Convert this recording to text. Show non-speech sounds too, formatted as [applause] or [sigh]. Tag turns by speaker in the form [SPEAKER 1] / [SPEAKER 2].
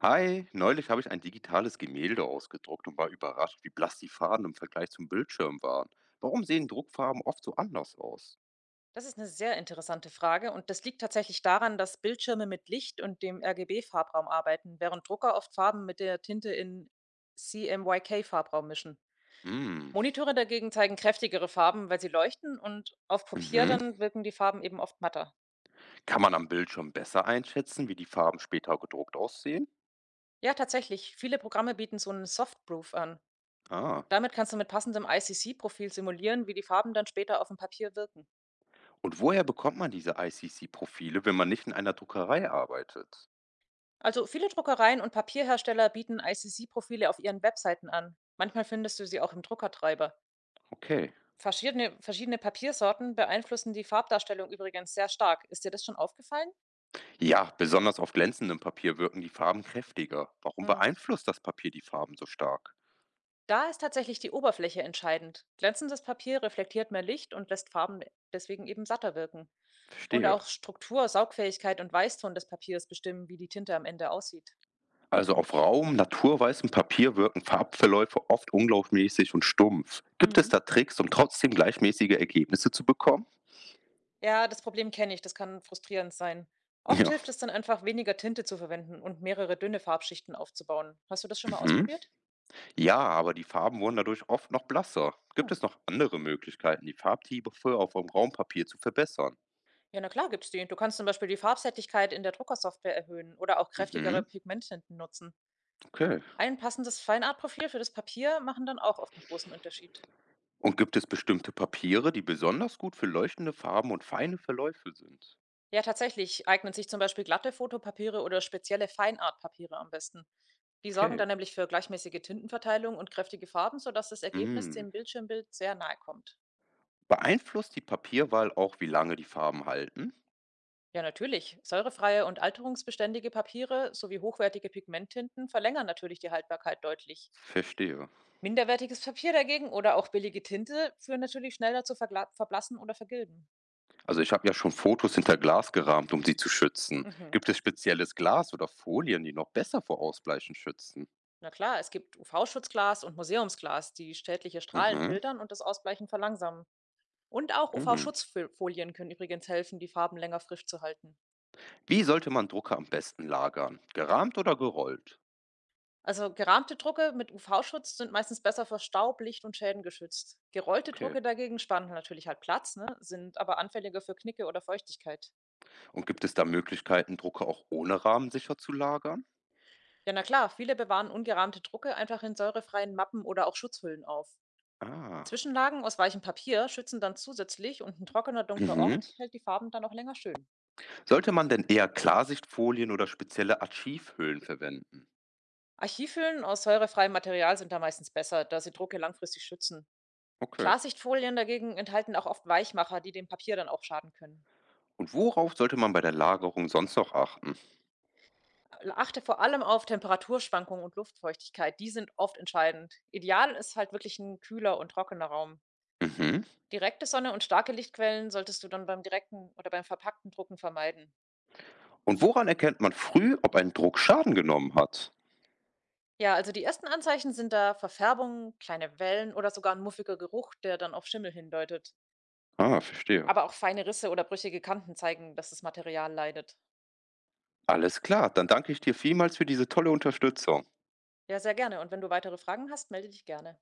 [SPEAKER 1] Hi, neulich habe ich ein digitales Gemälde ausgedruckt und war überrascht, wie blass die Farben im Vergleich zum Bildschirm waren. Warum sehen Druckfarben oft so anders aus?
[SPEAKER 2] Das ist eine sehr interessante Frage und das liegt tatsächlich daran, dass Bildschirme mit Licht und dem RGB-Farbraum arbeiten, während Drucker oft Farben mit der Tinte in CMYK-Farbraum mischen.
[SPEAKER 1] Hm,
[SPEAKER 2] Monitore dagegen zeigen kräftigere Farben, weil sie leuchten und auf Papier
[SPEAKER 1] mhm.
[SPEAKER 2] dann wirken die Farben eben oft matter.
[SPEAKER 1] Kann man am Bildschirm besser einschätzen, wie die Farben später gedruckt aussehen?
[SPEAKER 2] Ja, tatsächlich, viele Programme bieten so 'nen Softproof an.
[SPEAKER 1] Ah,
[SPEAKER 2] Damit kannst du mit passendem ICC-Profil simulieren, wie die Farben dann später auf dem Papier wirken.
[SPEAKER 1] und woher bekommt man diese ICC-Profile, wenn man nicht in einer Druckerei arbeitet?
[SPEAKER 2] Also, viele Druckereien und Papierhersteller bieten ICC-Profile auf ihren Webseiten an. Manchmal findest du sie auch im Druckertreiber.
[SPEAKER 1] Okay.
[SPEAKER 2] Verschiedene Papiersorten beeinflussen die Farbdarstellung übrigens sehr stark. Ist dir das schon aufgefallen?
[SPEAKER 1] Ja, besonders auf glänzendem Papier wirken die Farben kräftiger. Warum
[SPEAKER 2] Mhm.
[SPEAKER 1] beeinflusst das Papier die Farben so stark?
[SPEAKER 2] Da ist tatsächlich die Oberfläche entscheidend. Glänzendes Papier reflektiert mehr Licht und lässt Farben deswegen eben satter wirken. Und
[SPEAKER 1] Verstehe.
[SPEAKER 2] auch Struktur, Saugfähigkeit und Weißton des Papiers bestimmen, wie die Tinte am Ende aussieht.
[SPEAKER 1] Also auf Raum, naturweißem Papier wirken Farbverläufe oft ungleichmäßig und stumpf. Gibt es
[SPEAKER 2] Mhm.
[SPEAKER 1] da Tricks, um trotzdem gleichmäßige Ergebnisse zu bekommen? [laughs]
[SPEAKER 2] Ja, das Problem kenne ich, das kann frustrierend sein. Oft
[SPEAKER 1] Ja.
[SPEAKER 2] hilft es dann einfach, weniger Tinte zu verwenden und mehrere dünne Farbschichten aufzubauen. Hast du das schon mal
[SPEAKER 1] Mhm.
[SPEAKER 2] ausprobiert?
[SPEAKER 1] Ja, aber die Farben wurden dadurch oft noch blasser.
[SPEAKER 2] Hm.
[SPEAKER 1] Gibt es noch andere Möglichkeiten, die Farbtiefe auf dem Raumpapier zu verbessern?
[SPEAKER 2] Ja, na klar gibt's die. Du kannst zum Beispiel die Farbsättigkeit in der Druckersoftware erhöhen oder auch kräftigere
[SPEAKER 1] Mhm.
[SPEAKER 2] Pigmenttinten nutzen.
[SPEAKER 1] Okay.
[SPEAKER 2] Ein passendes Feinartprofil für das Papier machen dann auch oft einen großen Unterschied.
[SPEAKER 1] Und gibt es bestimmte Papiere, die besonders gut für leuchtende Farben und feine Verläufe sind?
[SPEAKER 2] Ja, tatsächlich eignen sich zum Beispiel glatte Fotopapiere oder spezielle Feinartpapiere am besten. Die sorgen
[SPEAKER 1] Okay.
[SPEAKER 2] dann nämlich für gleichmäßige Tintenverteilung und kräftige Farben, sodass das Ergebnis
[SPEAKER 1] Mhm.
[SPEAKER 2] dem Bildschirmbild sehr nahe kommt.
[SPEAKER 1] Beeinflusst die Papierwahl auch, wie lange die Farben halten?
[SPEAKER 2] Ja, natürlich. Säurefreie und alterungsbeständige Papiere sowie hochwertige Pigmenttinten verlängern natürlich die Haltbarkeit deutlich.
[SPEAKER 1] Verstehe.
[SPEAKER 2] Minderwertiges Papier dagegen oder auch billige Tinte führen natürlich schneller zu Vergla Verblassen oder Vergilben.
[SPEAKER 1] Also ich habe ja schon Fotos hinter Glas gerahmt, um sie zu schützen.
[SPEAKER 2] Mhm.
[SPEAKER 1] Gibt es spezielles Glas oder Folien, die noch besser vor Ausbleichen schützen?
[SPEAKER 2] Na klar, es gibt UV-Schutzglas und Museumsglas, die schädliche Strahlen
[SPEAKER 1] Mhm.
[SPEAKER 2] filtern und das Ausbleichen verlangsamen. Und auch
[SPEAKER 1] Mhm.
[SPEAKER 2] UV-Schutzfolien können übrigens helfen, die Farben länger frisch zu halten.
[SPEAKER 1] Wie sollte man Drucker am besten lagern? Gerahmt oder gerollt?
[SPEAKER 2] Also gerahmte Drucke mit UV-Schutz sind meistens besser vor Staub, Licht und Schäden geschützt. Gerollte
[SPEAKER 1] Okay.
[SPEAKER 2] Drucke dagegen spannen natürlich halt Platz, ne? Sind aber anfälliger für Knicke oder Feuchtigkeit.
[SPEAKER 1] Und gibt es da Möglichkeiten, Drucker auch ohne Rahmen sicher zu lagern?
[SPEAKER 2] Ja, na klar, viele bewahren ungerahmte Drucke einfach in säurefreien Mappen oder auch Schutzhüllen auf.
[SPEAKER 1] Ah.
[SPEAKER 2] Zwischenlagen aus weichem Papier schützen dann zusätzlich und ein trockener, dunkler
[SPEAKER 1] Mhm.
[SPEAKER 2] Ort hält die Farben dann auch länger schön.
[SPEAKER 1] Sollte man denn eher Klarsichtfolien oder spezielle Archivhüllen verwenden?
[SPEAKER 2] Archivhüllen aus säurefreiem Material sind da meistens besser, da sie Drucke langfristig schützen.
[SPEAKER 1] Okay.
[SPEAKER 2] Klarsichtfolien dagegen enthalten auch oft Weichmacher, die dem Papier dann auch schaden können.
[SPEAKER 1] Und worauf sollte man bei der Lagerung sonst noch achten?
[SPEAKER 2] Achte vor allem auf Temperaturschwankungen und Luftfeuchtigkeit, die sind oft entscheidend. Ideal ist halt wirklich ein kühler und trockener Raum.
[SPEAKER 1] Mhm.
[SPEAKER 2] Direkte Sonne und starke Lichtquellen solltest du dann beim direkten oder beim verpackten Drucken vermeiden.
[SPEAKER 1] Und woran erkennt man früh, ob ein Druck Schaden genommen hat?
[SPEAKER 2] Ja, also die ersten Anzeichen sind da Verfärbungen, kleine Wellen oder sogar ein muffiger Geruch, der dann auf Schimmel hindeutet.
[SPEAKER 1] Ah, verstehe.
[SPEAKER 2] Aber auch feine Risse oder brüchige Kanten zeigen, dass das Material leidet.
[SPEAKER 1] Alles klar, dann danke ich dir vielmals für diese tolle Unterstützung.
[SPEAKER 2] Ja, sehr gerne. Und wenn du weitere Fragen hast, melde dich gerne.